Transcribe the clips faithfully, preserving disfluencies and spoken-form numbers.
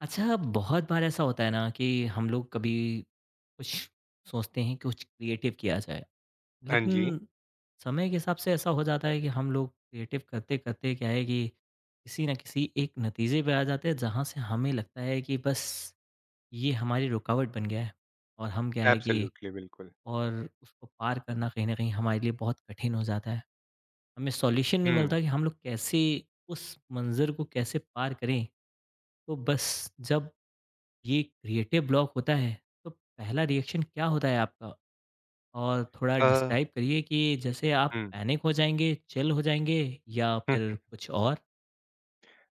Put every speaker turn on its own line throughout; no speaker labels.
अच्छा, बहुत बार ऐसा होता है ना कि हम लोग कभी कुछ सोचते हैं कि कुछ क्रिएटिव किया जाए,
हाँ जी,
लेकिन समय के हिसाब से ऐसा हो जाता है कि हम लोग क्रिएटिव करते-करते क्या है कि किसी न किसी एक नतीजे पे आ जाते हैं जहाँ से हमें लगता है कि बस ये हमारी रुकावट बन गया है और हम क्या है कि
एब्सोल्युटली, बिल्कुल।
और उसको पार करना कहीं न कहीं हमारे लिए बहुत कठिन हो जाता है। हमें सॉल्यूशन नहीं
हुँ,
मिलता कि हम लोग कैसे उस मंज़र को कैसे पार करें? तो बस जब ये क्रिएटिव ब्लॉक होता है, तो पहला रिएक्शन क्या होता है आपका? और थोड़ा
अ,
डिस्क्राइब करिए कि जैसे आप
हुँ।
पैनिक हो जाएँगे, चिल हो जाएँगे या फिर कुछ और?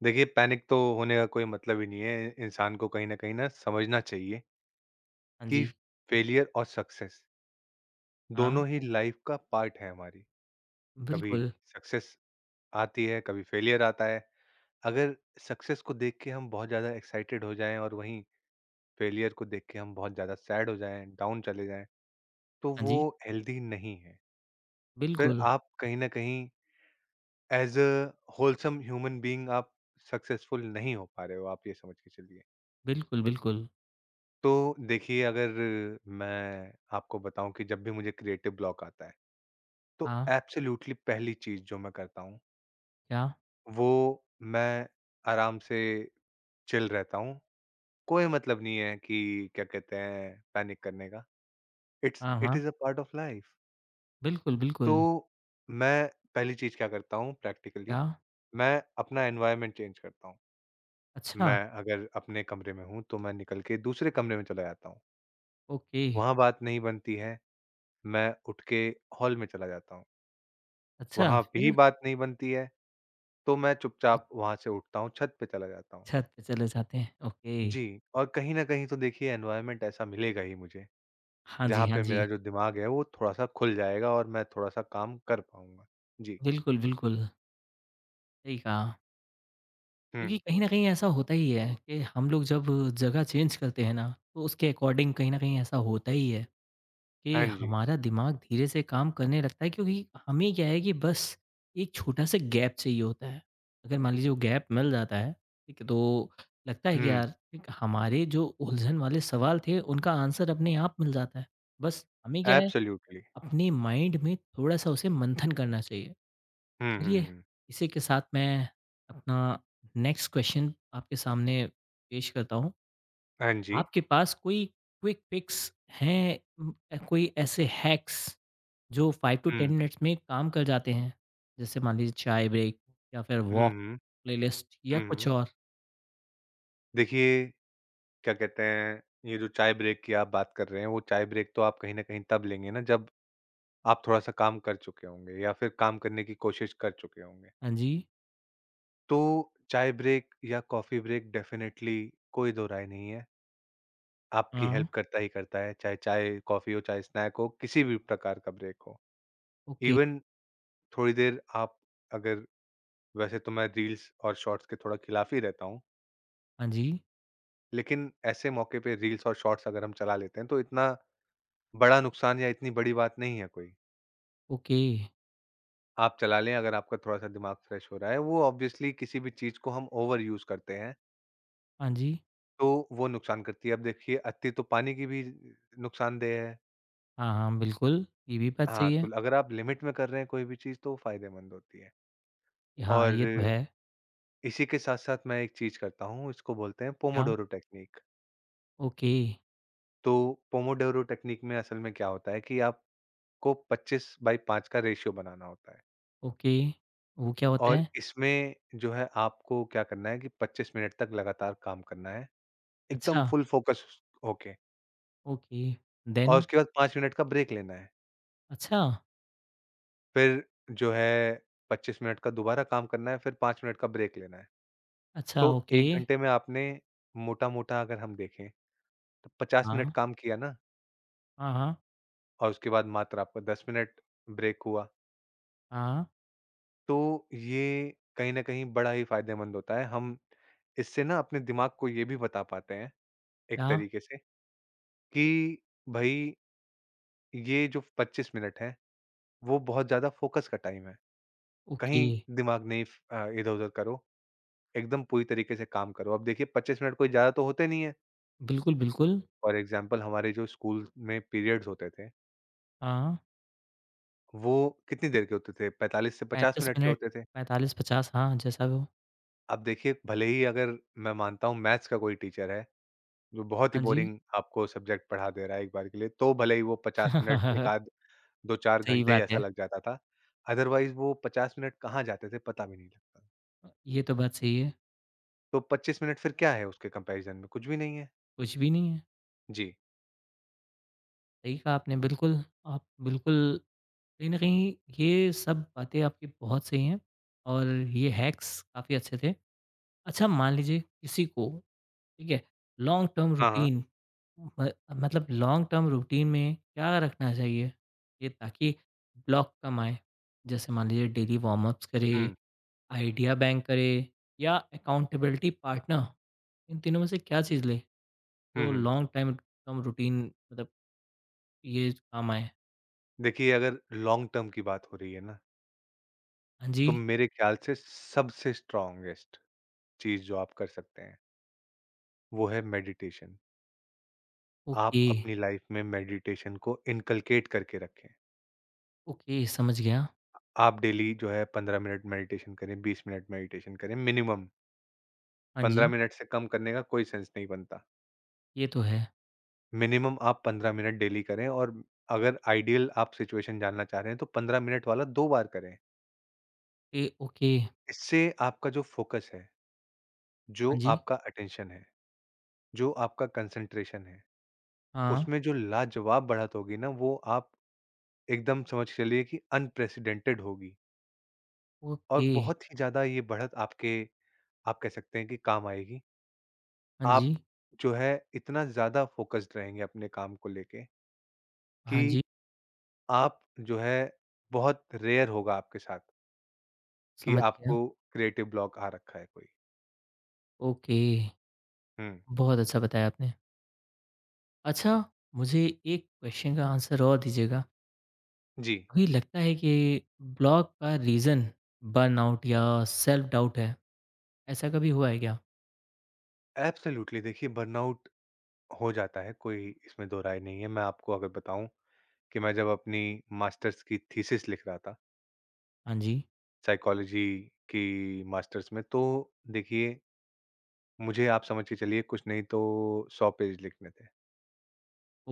देखिए पैनिक तो होने का कोई मतलब ही नहीं है। इंसान को कहीं न कहीं ना समझना चाहिए
हाँ
कि
जी,
फेलियर और सक्सेस
हाँ,
दोनों ही लाइफ़ का पार्ट है हमारी। कभी
बिल्कुल,
सक्सेस आती है, कभी फेलियर आता है। अगर सक्सेस को देख के हम बहुत ज़्यादा एक्साइटेड हो जाएँ और वहीं फेलियर को देख के हम बहुत ज़्यादा सैड हो जाएँ, डाउन चले जाएँ, तो
हाँ जी,
वो हेल्दी नहीं है। फिर
बिल्कुल,
आप कहीं न कहीं as a wholesome human being आप सक्सेसफुल नहीं हो पा रहे हो, आप ये समझ के चलिए।
बिल्कुल, बिल्कुल,
तो देखिए अगर मैं आपको बताऊँ कि जब भी मुझे क्रिएटिव ब्लॉक आता है, तो
हाँ,
एब्सोल्यूटली पहली चीज़ जो मैं करता हूँ,
क्या?
वो मैं आराम से चिल रहता हूँ। कोई मतलब नहीं है कि क्या कहते हैं पैनिक करने का। इट्स
हाँ,
इट
हाँ,
is a part of life.
बिल्कुल,
तो
बिल्कुल,
मैं पहली चीज़ क्या करता हूँ प्रैक्टिकली,
क्या?
मैं अपना एनवायरनमेंट चेंज करता हूँ।
अच्छा,
मैं अगर अपने कमरे में हूँ, तो मैं निकल के दूसरे कमरे में चला जाता हूँ।
ओके,
वहाँ बात नहीं बनती है, मैं उठ के हॉल में चला जाता हूँ।
अच्छा
वहाँ भी
फिर?
बात नहीं बनती है, तो मैं
अच्छा,
चुपचाप वहाँ से उठता हूँ, छत पे चला जाता हूँ।
छत पे चले जाते हैं, ओके,
जी, और कहीं न कहीं तो देखिए एनवायरनमेंट ऐसा मिलेगा ही मुझे,
हाँ
जहाँ
जी, हाँ
पे
जी,
मेरा जो दिमाग है वो थोड़ा-सा खुल जाएगा और मैं थोड़ा-सा काम कर पाऊँगा। जी।
बिल्कुल, बिल्कुल, सही कहा।
हुँ।
क्योंकि कहीं न कहीं ऐसा होता ही है कि हम लोग जब जगह चेंज करते हैं ना, तो उसके अकॉर्डिंग कहीं न कहीं ऐसा होता ही है कि
हाँ जी।
हमारा दिमाग धीरे से काम करने लगता है क्योंकि हमें क्या है कि बस एक छोटा-सा गैप चाहिए होता है। अगर मान लीजिए वो गैप मिल जाता है, ठीक है, तो लगता है कि
हुँ।
यार एक हमारे जो उलझन वाले सवाल थे उनका आंसर अपने आप मिल जाता है। बस हमें क्या है
एब्सोल्यूटली।
अपने माइंड में थोड़ा-सा उसे मंथन करना चाहिए।
हुँ, हुँ,
चलिए
हुँ।
इसी के साथ मैं अपना नेक्स्ट क्वेश्चन आपके सामने पेश करता हूँ।
हाँ जी।
आपके पास कोई क्विक पिक्स हैं उम, अ, कोई ऐसे हैक्स जो फ़ाइव टू
हुँ।
टेन मिनट्स में काम कर जाते हैं? जैसे मान लीजिए चाय ब्रेक या फिर
हुँ,
वॉक,
हुँ।
प्लेलिस्ट या
हुँ,
कुछ
हुँ।
और?
देखिए क्या कहते हैं, ये जो चाय ब्रेक की आप बात कर रहे हैं, वो चाय ब्रेक तो आप कहीं न कहीं तब लेंगे ना जब आप थोड़ा-सा काम कर चुके होंगे या फिर काम करने की कोशिश कर चुके होंगे।
हाँ जी,
तो चाय ब्रेक या कॉफ़ी ब्रेक डेफ़िनेटली कोई दो राय नहीं है, आपकी
हाँ,
हेल्प करता ही करता है, चाहे चाय, कॉफ़ी हो, चाहे स्नैक हो, किसी भी प्रकार का ब्रेक हो।
ओके,
इवन थोड़ी देर आप अगर वैसे तो मैं रील्स और शॉर्ट्स के थोड़ा खिलाफ ही रहता हूँ,
हाँ जी,
लेकिन ऐसे मौके पे रील्स और शॉर्ट्स अगर हम चला लेते हैं, तो इतना बड़ा नुकसान या इतनी बड़ी बात नहीं है कोई।
ओके,
आप चला लें अगर आपका थोड़ा-सा दिमाग फ्रेश हो रहा है, वो ऑब्वियसली किसी भी चीज़ को हम ओवर यूज़ करते हैं,
हाँ जी,
तो वो नुकसान करती है। अब देखिए अति तो पानी की भी नुकसानदेह है।
हाँ, हाँ, बिल्कुल, ये भी बात
हाँ,
सही है।
तो अगर आप लिमिट में कर रहे हैं कोई भी चीज़ तो वो फ़ायदेमंद होती है।
हाँ,
और
ये तो है।
इसी के साथ-साथ मैं एक चीज़ करता हूँ, इसको बोलते हैं
क्या?
Pomodoro technique.
ओके,
तो पोमोडोरो टेक्नीक में असल में क्या होता है कि आपको पच्चीस बाई पाँच का रेशियो बनाना होता है।
ओके, वो क्या होते
और
हैं?
इसमें जो है आपको क्या करना है कि पच्चीस मिनट तक लगातार काम करना है। एकदम
अच्छा।
फुल फ़ोकस होके
ओके,
और
देन?
उसके बाद पाँच मिनट का ब्रेक लेना है।
अच्छा,
फिर जो है पच्चीस मिनट का दोबारा काम करना है, फिर पाँच मिनट का ब्रेक लेना है।
अच्छा,
तो
ओके।
एक घंटे में आपने मोटा-मोटा अगर हम देखें तो पचास
हाँ,
मिनट काम किया ना
हाँ, हाँ,
और उसके बाद मात्र आपका दस मिनट ब्रेक हुआ।
हाँ,
तो ये कहीं न कहीं बड़ा ही फ़ायदेमंद होता है। हम इससे ना अपने दिमाग को ये भी बता पाते हैं एक
क्या?
तरीके से कि भई ये जो पच्चीस मिनट हैं, वो बहुत ज़्यादा फ़ोकस का टाइम है।
ओके,
कहीं दिमाग नहीं अ, इधर-उधर करो, एकदम पूरी तरीके से काम करो। अब देखिए पच्चीस मिनट कोई ज़्यादा तो होते नहीं है।
बिल्कुल, बिल्कुल।
फॉर एग्ज़ाम्पल हमारे जो स्कूल में पीरियड्स होते थे,
हाँ,
वो कितनी देर के होते थे? पैंतालीस से पचास
पैंतीस
मिनट के
मिनट,
होते थे।
पैंतालीस पचास हाँ, जैसा भी हो।
अब देखिए भले ही अगर मैं मानता हूँ मैथ्स का कोई टीचर है, जो बहुत ही
हाँ जी।
बोरिंग आपको सब्जेक्ट पढ़ा दे रहा है एक बार के लिए, तो भले ही वो पचास मिनट, एक आध दो चार
सही
घंटे
बात
ऐसा
है।
लग जाता था। अदरवाइज़ वो पचास मिनट कहाँ जाते थे पता भी नहीं लगता।
ये तो बात सही है,
तो पच्चीस मिनट फिर क्या है उसके कंपैरिज़न में? कुछ भी नहीं है।
कुछ भी नहीं है।
जी।
सही कहा आपने बिल्कुल, आप बिल्कुल कहीं न कहीं ये सब बातें आपकी बहुत सही हैं और ये हैक्स काफ़ी अच्छे थे। अच्छा मान लीजिए किसी को ठीक है? लॉन्ग टर्म
हाँ, हाँ।
रूटीन म मतलब लॉन्ग टर्म रूटीन में क्या रखना चाहिए? ये ताकि ब्लॉक कम आए? जैसे मान लीजिए डेली वार्म अप्स करें,
हुँ।
आइडिया बैंक करें या अकाउंटेबिलिटी पार्टनर, इन तीनों में से क्या चीज़ लें,
हुँ,
जो
हुँ।
लॉन्ग टाइम टर्म रूटीन मतलब ये काम आए?
देखिए अगर लॉन्ग टर्म की बात हो रही है ना,
हाँ
तो
जी,
मेरे ख़्याल से सबसे स्ट्रॉन्गेस्ट चीज़ जो आप कर सकते हैं, वो है मेडिटेशन। आप
ओके,
अपनी लाइफ़ में मेडिटेशन को इनकलकेट करके रखें।
ओके समझ गया।
आप डेली जो है पंद्रह मिनट मेडिटेशन करें, बीस मिनट मेडिटेशन करें मिनिमम।
हाँ
पंद्रह
जी,
मिनट से कम करने का कोई सेंस नहीं बनता।
ये तो है।
मिनिमम आप पंद्रह मिनट डेली करें और अगर आइडियल आप सिचुएशन जानना चाह रहे हैं, तो पंद्रह मिनट वाला दो बार करें।
ए ओके,
इससे आपका जो फ़ोकस है, जो
हाँ जी,
आपका अटेंशन है जो आपका कंसंट्रेशन है,
हाँ,
उसमें जो लाजवाब बढ़त होगी ना, वो आप एकदम समझ के चलिए कि अनप्रेसिडेंटेड होगी और
ओके,
बहुत ही ज़्यादा ये बढ़त आपके आप कह सकते हैं कि काम आएगी।
हाँ जी,
आप जो है इतना ज़्यादा फ़ोकस्ड रहेंगे अपने काम को लेके कि
हाँ जी,
आप जो है बहुत रेयर होगा आपके साथ कि
समझ गया,
आपको क्रिएटिव ब्लॉक आ रखा है कोई।
ओके।
हुँ,
बहुत अच्छा बताया आपने। अच्छा, मुझे एक क्वेश्चन का आंसर और दीजिएगा।
जी,
अभी लगता है कि ब्लॉक का रीज़न बर्नआउट या सेल्फ डाउट है, ऐसा कभी हुआ है क्या?
एब्सोल्यूटली देखिए बर्नआउट हो जाता है, कोई इसमें दो राय नहीं है। मैं आपको अगर बताऊँ कि मैं जब अपनी मास्टर्स की थीसिस लिख रहा था,
हाँ जी,
साइकोलॉजी की मास्टर्स में, तो देखिए मुझे आप समझ के चलिए कुछ नहीं तो सौ पेज लिखने थे।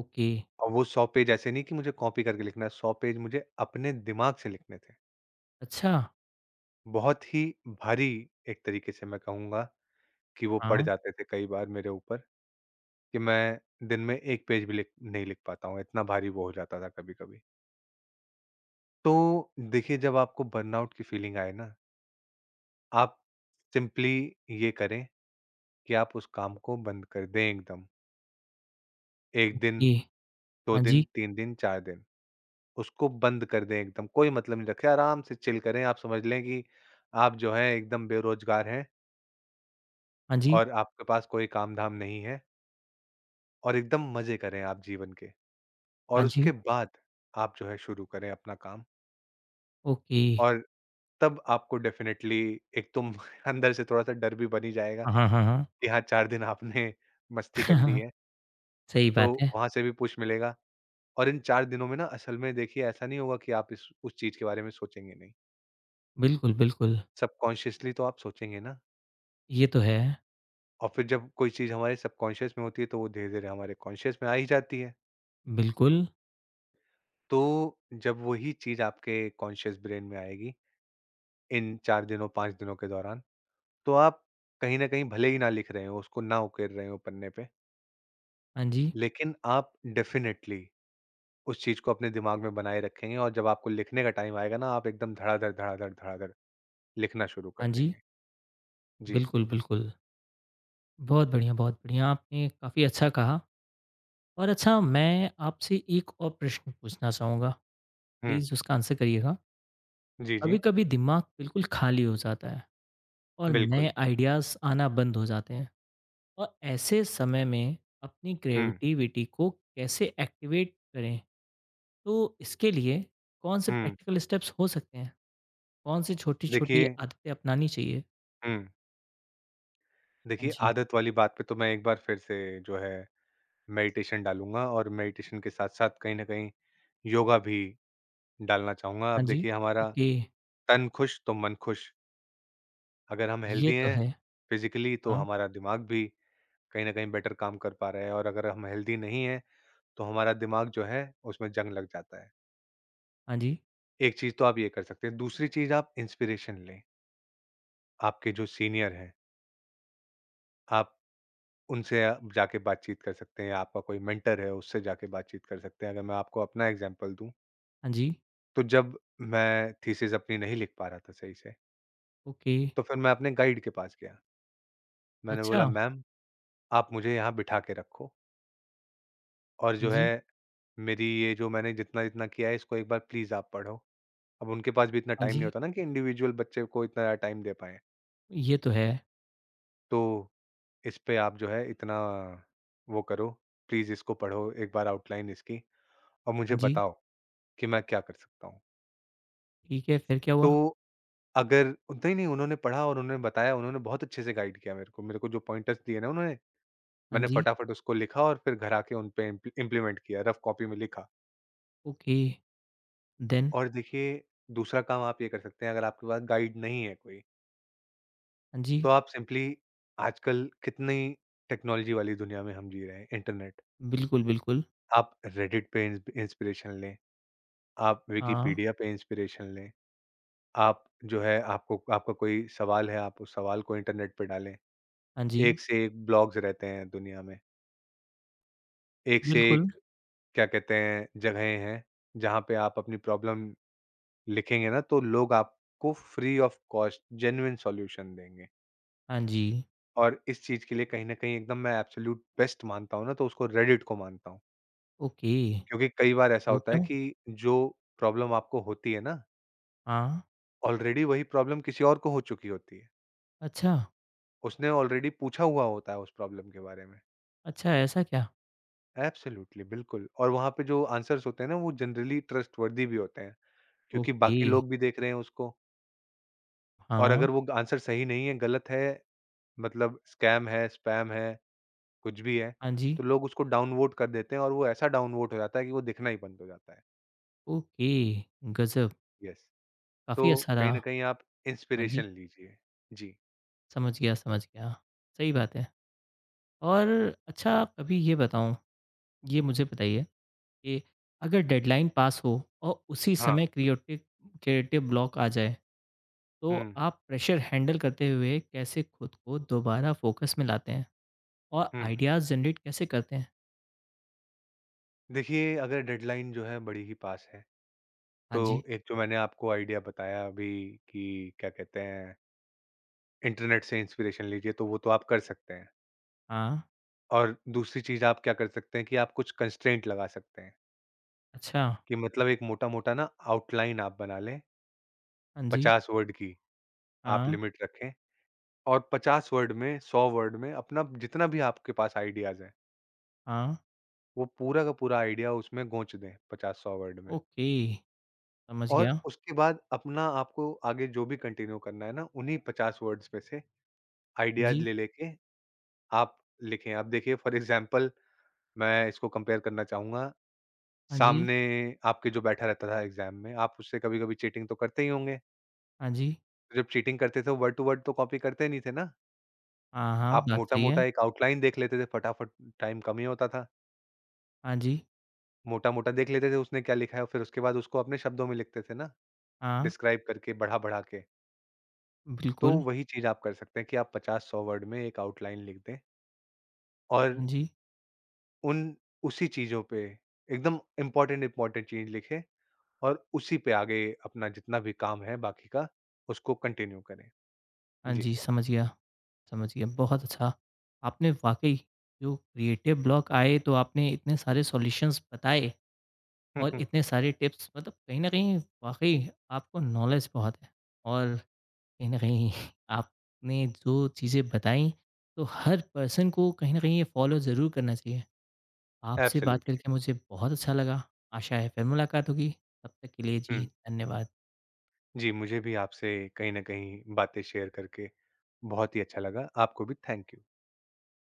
ओके,
और वो सौ पेज ऐसे नहीं कि मुझे कॉपी करके लिखना है, सौ पेज मुझे अपने दिमाग से लिखने थे।
अच्छा,
बहुत ही भारी एक तरीके से मैं कहूँगा कि वो पड़
हाँ,
जाते थे कई बार मेरे ऊपर कि मैं दिन में एक पेज भी लिख नहीं लिख पाता हूँ, इतना भारी वो हो जाता था कभी-कभी। तो देखिए जब आपको बर्नआउट की फीलिंग आए ना, आप सिंपली ये करें कि आप उस काम को बंद कर दें एकदम। एक दिन,
ओके,
दो
हाँ जी,
दिन, तीन दिन, चार दिन, उसको बंद कर दें एकदम। कोई मतलब नहीं रखें, आराम से चिल करें। आप समझ लें कि आप जो हैं एकदम बेरोज़गार हैं
हाँ जी,
और आपके पास कोई काम-धाम नहीं है और एकदम मज़े करें आप जीवन के।
हाँ
और
जी,
उसके बाद आप जो है शुरू करें अपना काम
ओके,
और तब आपको डेफ़िनेटली एक तो अंदर से थोड़ा-सा डर भी बन ही जाएगा
हाँ, हाँ, हाँ, हाँ।
कि हाँ, चार दिन आपने मस्ती कर ली
हाँ,
है,
सही
तो
बात है,
वहाँ से भी पुश मिलेगा और इन चार दिनों में ना असल में देखिए ऐसा नहीं होगा कि आप इस उस चीज़ के बारे में सोचेंगे नहीं।
बिल्कुल, बिल्कुल,
सबकॉन्शियसली तो आप सोचेंगे ना
ये तो है,
और फिर जब कोई चीज़ हमारे सबकॉन्शियस में होती है तो वो धीरे-धीरे हमारे कॉन्शियस में आ ही जाती है।
बिल्कुल,
तो जब वही चीज़ आपके कॉन्शियस ब्रेन में आएगी इन चार दिनों, पाँच दिनों के दौरान, तो आप कहीं न कहीं भले ही ना लिख रहे हो, उसको ना उकेर रहे हो पन्ने पे,
हाँ जी,
लेकिन आप डेफ़िनिटली उस चीज़ को अपने दिमाग में बनाए रखेंगे और जब आपको लिखने का टाइम आएगा ना, आप एकदम धड़ाधड़, धड़ाधड़, धड़ाधड़ लिखना शुरू कर
हाँ जी,
देंगे। जी।
बिल्कुल, बिल्कुल। बहुत बढ़िया, बहुत बढ़िया, आपने काफ़ी अच्छा कहा। और अच्छा मैं आपसे एक और प्रश्न पूछना चाहूँगा,
हुँ।
प्लीज़ उसका आंसर करिएगा।
जी, जी,
कभी-कभी दिमाग बिल्कुल खाली हो जाता है और
बिल्कुल।
नए आइडियाज़ आना बंद हो जाते हैं और ऐसे समय में अपनी
हुँ,
क्रिएटिविटी को कैसे एक्टिवेट करें? तो इसके लिए कौन से
हुँ।
प्रैक्टिकल स्टेप्स हो सकते हैं? कौन सी छोटी-छोटी
देखिए
आदतें अपनानी चाहिए?
हुँ,
हाँ
देखिए
जी,
आदत वाली बात पे तो मैं एक बार फिर से जो है मेडिटेशन डालूँगा और मेडिटेशन के साथ-साथ कहीं न कहीं योगा भी डालना चाहूँगा।
हाँ
अब
जी,
देखिए हमारा
ओके,
तन खुश तो मन खुश, अगर हम
ये
हेल्दी
तो
हैं
है।
फिज़िकली तो
हाँ,
हमारा दिमाग भी कहीं न कहीं बेटर काम कर पा रहा है और अगर हम हेल्दी नहीं हैं, तो हमारा दिमाग जो है उसमें जंग लग जाता है।
हाँ जी,
एक चीज़ तो आप ये कर सकते हैं, दूसरी चीज़ आप इंस्पिरेशन लें। आपके जो सीनियर हैं, आप उनसे अ, जाके बातचीत कर सकते हैं या आपका कोई मेंटर है उससे जाके बातचीत कर सकते हैं। अगर मैं आपको अपना एग्ज़ाम्पल दूँ,
हाँ जी,
तो जब मैं थीसिस अपनी नहीं लिख पा रहा था सही से,
ओके,
तो फिर मैं अपने गाइड के पास गया। मैंने
अच्छा,
बोला
हाँ
मैम आप मुझे यहाँ बिठा के रखो और जो
जी,
है मेरी ये जो मैंने जितना-जितना किया है इसको एक बार प्लीज़ आप पढ़ो। अब उनके पास भी इतना
हाँ
टाइम नहीं
जी,
होता ना कि इंडिविजुअल बच्चे को इतना टाइम दे पाएँ।
ये तो है।
तो इस पे आप जो है इतना वो करो, प्लीज़ इसको पढ़ो एक बार आउटलाइन इसकी और
हाँ
मुझे
जी।
बताओ कि मैं क्या कर सकता हूँ?
ठीक है, फिर क्या
तो
हुआ?
अगर नहीं, नहीं उन्होंने पढ़ा और उन्होंने बताया, उन्होंने बहुत अच्छे से गाइड किया मेरे को। मेरे को जो पॉइंटर्स दिए ना उन्होंने,
हाँ
मैंने
जी,
फटाफट उसको लिखा और फिर घर आके उन पे इम्प्ली इम्प्लीमेंट किया, रफ कॉपी में लिखा।
Okay, then?
और देखिए, दूसरा काम आप ये कर सकते हैं, अगर आपके पास गाइड नहीं है कोई,
हाँ जी,
तो आप सिंपली आजकल कितनी टेक्नोलॉजी वाली दुनिया में हम जी रहे हैं, इंटरनेट।
बिल्कुल, बिल्कुल।
आप रेडिट पे इंस इंस्पिरेशन लें, आप
हाँ,
विकिपीडिया पे इंस्पिरेशन लें, आप जो है आपको आपका कोई सवाल है, आप उस सवाल को इंटरनेट पे डालें।
हाँ जी,
एक से एक ब्लॉग्स रहते हैं दुनिया में। एक से
बिल्कुल,
एक क्या कहते हैं जगहें हैं, जहाँ पे आप अपनी प्रॉब्लम लिखेंगे ना तो लोग आपको free of cost genuine solution देंगे।
हाँ जी,
और इस चीज़ के लिए कहीं न कहीं एकदम मैं एब्सोल्यूट बेस्ट मानता हूँ ना तो उसको रेडिट को मानता हूँ।
ओके,
क्योंकि कई बार ऐसा
वो
होता है
क्यों?
कि जो प्रॉब्लम आपको होती है ना,
हाँ,
ऑलरेडी वही प्रॉब्लम किसी और को हो चुकी होती है।
अच्छा,
उसने ऑलरेडी पूछा हुआ होता है उस प्रॉब्लम के बारे में।
अच्छा ऐसा क्या?
एब्सोल्यूटली बिल्कुल और वहाँ पे जो आंसर्स होते हैं ना वो जनरली ट्रस्टवर्दी भी होते हैं। क्योंकि
ओके,
बाकी लोग भी देख रहे हैं उसको और
हाँ,
अगर वो आंसर सही नहीं है, गलत है, मतलब स्कैम है, स्पैम है, कुछ भी है,
हाँ जी,
तो लोग उसको डाउन वोट कर देते हैं और वो ऐसा डाउन वोट हो जाता है कि वो दिखना ही बंद हो जाता है।
ओके, गज़ब!
यस, तो
काफ़ी अच्छा
कहीं न
रहा।
कहीं आप
हाँ जी,
इंस्पिरेशन लीजिए। जी।
समझ गया, समझ गया, सही बात है। और अच्छा कभी ये बताओ, ये मुझे बताइए कि अगर डेडलाइन पास हो और उसी
हाँ।
समय क्रिएटिव क्रिएटिव ब्लॉक आ जाए, तो
हुँ,
आप प्रेशर हैंडल करते हुए कैसे खुद को दोबारा फोकस में लाते हैं और
हुँ।
आइडियाज़ जनरेट कैसे करते हैं?
देखिए, अगर डेडलाइन जो है बड़ी ही पास है,
हाँ
तो
जी,
एक जो मैंने आपको आइडिया बताया अभी कि क्या कहते हैं, इंटरनेट से इंस्पिरेशन लीजिए, तो वो तो आप कर सकते हैं।
हाँ,
और दूसरी चीज़ आप क्या कर सकते हैं कि आप कुछ कंस्ट्रेंट लगा सकते हैं।
अच्छा,
कि मतलब एक मोटा-मोटा ना आउटलाइन आप बना लें,
हाँ जी,
पचास वर्ड की आप
हाँ,
लिमिट रखें और पचास वर्ड में, सौ वर्ड में अपना जितना भी आपके पास आइडियाज़ हैं,
हाँ,
वो पूरा का पूरा आइडिया उसमें गोच दें पचास सौ वर्ड में।
ओके, समझ
और
गया।
उसके बाद अपना आपको आगे जो भी कंटिन्यू करना है ना, उन्हीं पचास वर्ड्स में से
हाँ
आइडियाज़
जी,
ले लेके आप लिखें। आप देखिए फॉर एग्ज़ाम्पल मैं इसको कंपेयर करना चाहूँगा,
हाँ जी,
सामने आपके जो बैठा रहता था एग्ज़ाम में, आप उससे कभी-कभी चीटिंग तो करते ही होंगे।
हाँ जी,
जब चीटिंग करते थे वर्ड टू वर्ड तो कॉपी करते नहीं थे ना?
हाँ, हाँ,
आप
बात सही है।
मोटा-मोटा एक आउटलाइन देख लेते थे, फटाफट टाइम कम ही होता था।
हाँ जी,
मोटा-मोटा देख लेते थे उसने क्या लिखा है, फिर उसके बाद उसको अपने शब्दों में लिखते थे ना,
हाँ,
डिस्क्राइब करके बढ़ा-बढ़ा के। तो
बिल्कुल,
वही चीज़ आप कर सकते हैं कि आप पचास सौ वर्ड में एक आउटलाइन लिख दें और
हाँ जी,
उन उसी चीज़ों पे एकदम इम्पोर्टेंट इम्पोर्टेंट चीज़ लिखें और उसी पे आगे अपना जितना भी काम है बाकी का, उसको कंटिन्यू करें।
हाँ
जी।
जी, समझ गया, समझ गया, बहुत अच्छा। आपने वाक़ई जो क्रिएटिव ब्लॉक आए तो आपने इतने सारे सॉल्यूशंस बताए। और इतने सारे टिप्स मतलब कहीं न कहीं वाक़ई आपको नॉलेज बहुत है और कहीं न कहीं आपने जो चीज़ें बताई, तो हर पर्सन को कहीं न कहीं ये फॉलो ज़रूर करना चाहिए। आपसे बात
एब्सोल्युटली।
करके मुझे बहुत अच्छा लगा। आशा है फिर मुलाकात होगी। तब तक के लिए जी,
हुँ।
धन्यवाद।
जी, मुझे भी आपसे कहीं न कहीं बातें शेयर करके बहुत ही अच्छा लगा। आपको भी थैंक यू।